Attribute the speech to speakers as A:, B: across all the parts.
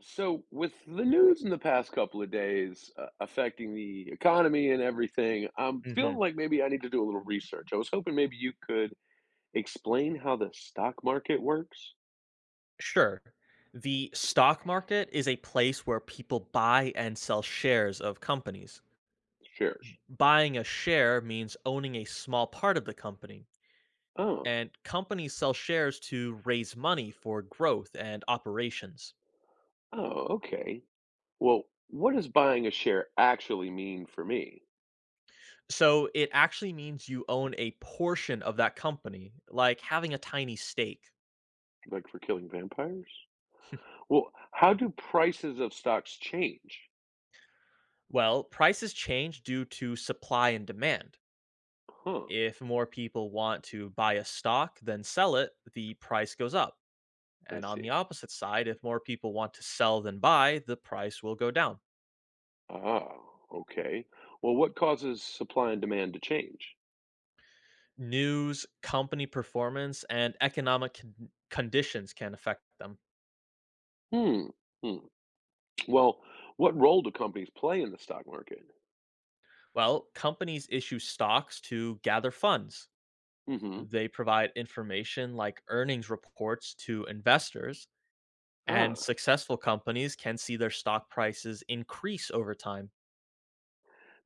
A: So, with the news in the past couple of days affecting the economy and everything, I'm
B: Hmm.
A: feeling like maybe I need to do a little research. I was hoping maybe you could explain how the stock market works.
B: Sure. The stock market is a place where people buy and sell shares of companies.
A: Shares.
B: Buying a share means owning a small part of the company,
A: Oh,
B: and companies sell shares to raise money for growth and operations.
A: oh, okay. Well, what does buying a share actually mean for me?
B: So it actually means you own a portion of that company, like having a tiny stake.
A: Like for killing vampires? Well, how do prices of stocks change?
B: Well, prices change due to supply and demand.
A: Huh,
B: If more people want to buy a stock than sell it, the price goes up.
A: I
B: And on the
A: see.
B: opposite side, if more people want to sell than buy, the price will go down.
A: Ah, okay. Well, what causes supply and demand to change?
B: News, company performance, and economic conditions can affect them.
A: Hmm. Hmm. Well, what role do companies play in the stock market?
B: Well, companies issue stocks to gather funds.
A: Hmm.
B: They provide information like earnings reports to investors, and
A: Ah,
B: successful companies can see their stock prices increase over time.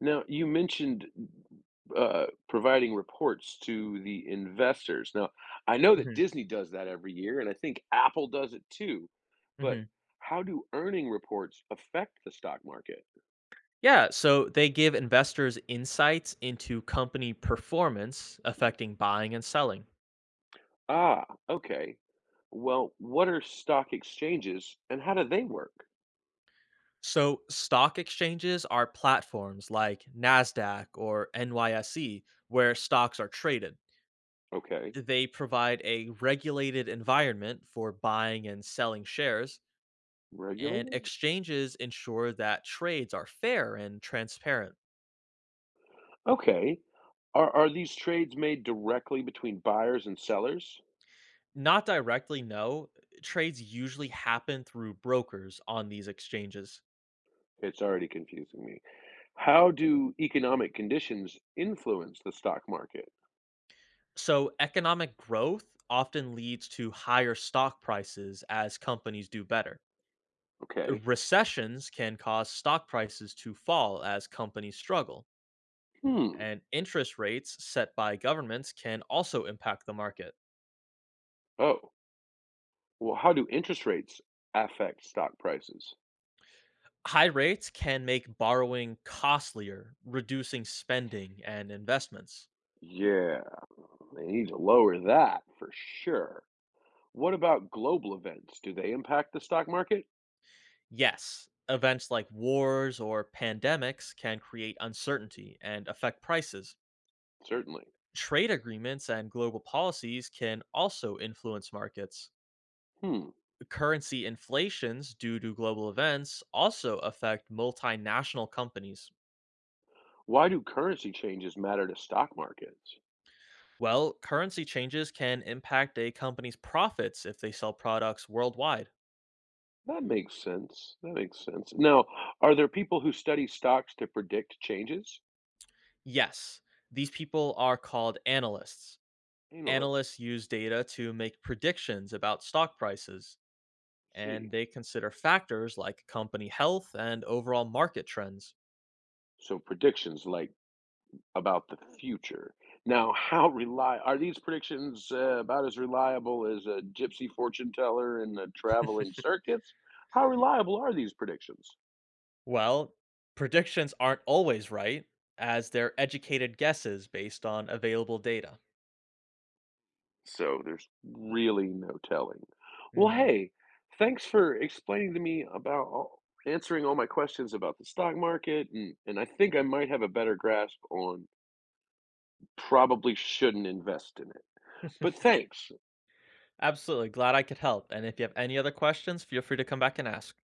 A: now you mentioned providing reports to the investors. Now, I know that
B: Mhm,
A: Disney does that every year, and I think Apple does it too. But
B: mhm.
A: how do earning reports affect the stock market?
B: Yeah, so they give investors insights into company performance affecting buying and selling.
A: Ah, okay. Well, what are stock exchanges and how do they work?
B: So, stock exchanges are platforms like NASDAQ or NYSE where stocks are traded.
A: Okay,
B: They provide a regulated environment for buying and selling shares, and
A: regulated?
B: exchanges ensure that trades are fair and transparent.
A: Okay. Are these trades made directly between buyers and sellers?
B: Not directly, no, trades usually happen through brokers on these exchanges.
A: It's already confusing me. How do economic conditions influence the stock market?
B: So, economic growth often leads to higher stock prices as companies do better.
A: Okay.
B: Recessions can cause stock prices to fall as companies struggle,
A: Hmm.
B: and interest rates set by governments can also impact the market.
A: Oh, well, how do interest rates affect stock prices?
B: High rates can make borrowing costlier, reducing spending and investments.
A: Yeah, they need to lower that for sure. What about global events? Do they impact the stock market?
B: Yes, events like wars or pandemics can create uncertainty and affect prices.
A: Certainly.
B: Trade agreements and global policies can also influence markets.
A: Hmm.
B: Currency inflations due to global events also affect multinational companies.
A: Why do currency changes matter to stock markets?
B: Well, currency changes can impact a company's profits if they sell products worldwide.
A: That makes sense. That makes sense. Now, are there people who study stocks to predict changes?
B: Yes, these people are called analysts.
A: Analysts.
B: Analysts use data to make predictions about stock prices, and
A: See.
B: they consider factors like company health and overall market trends.
A: So predictions like about the future. Now, how rely are these predictions about as reliable as a gypsy fortune teller in the traveling circuits? How reliable are these predictions?
B: Well, predictions aren't always right, as they're educated guesses based on available data.
A: So there's really no telling. Well,
B: Mhm.
A: hey, thanks for explaining to me about all, answering all my questions about the stock market, and I think I might have a better grasp on probably shouldn't invest in it. But thanks.
B: Absolutely. Glad I could help. And if you have any other questions, feel free to come back and ask.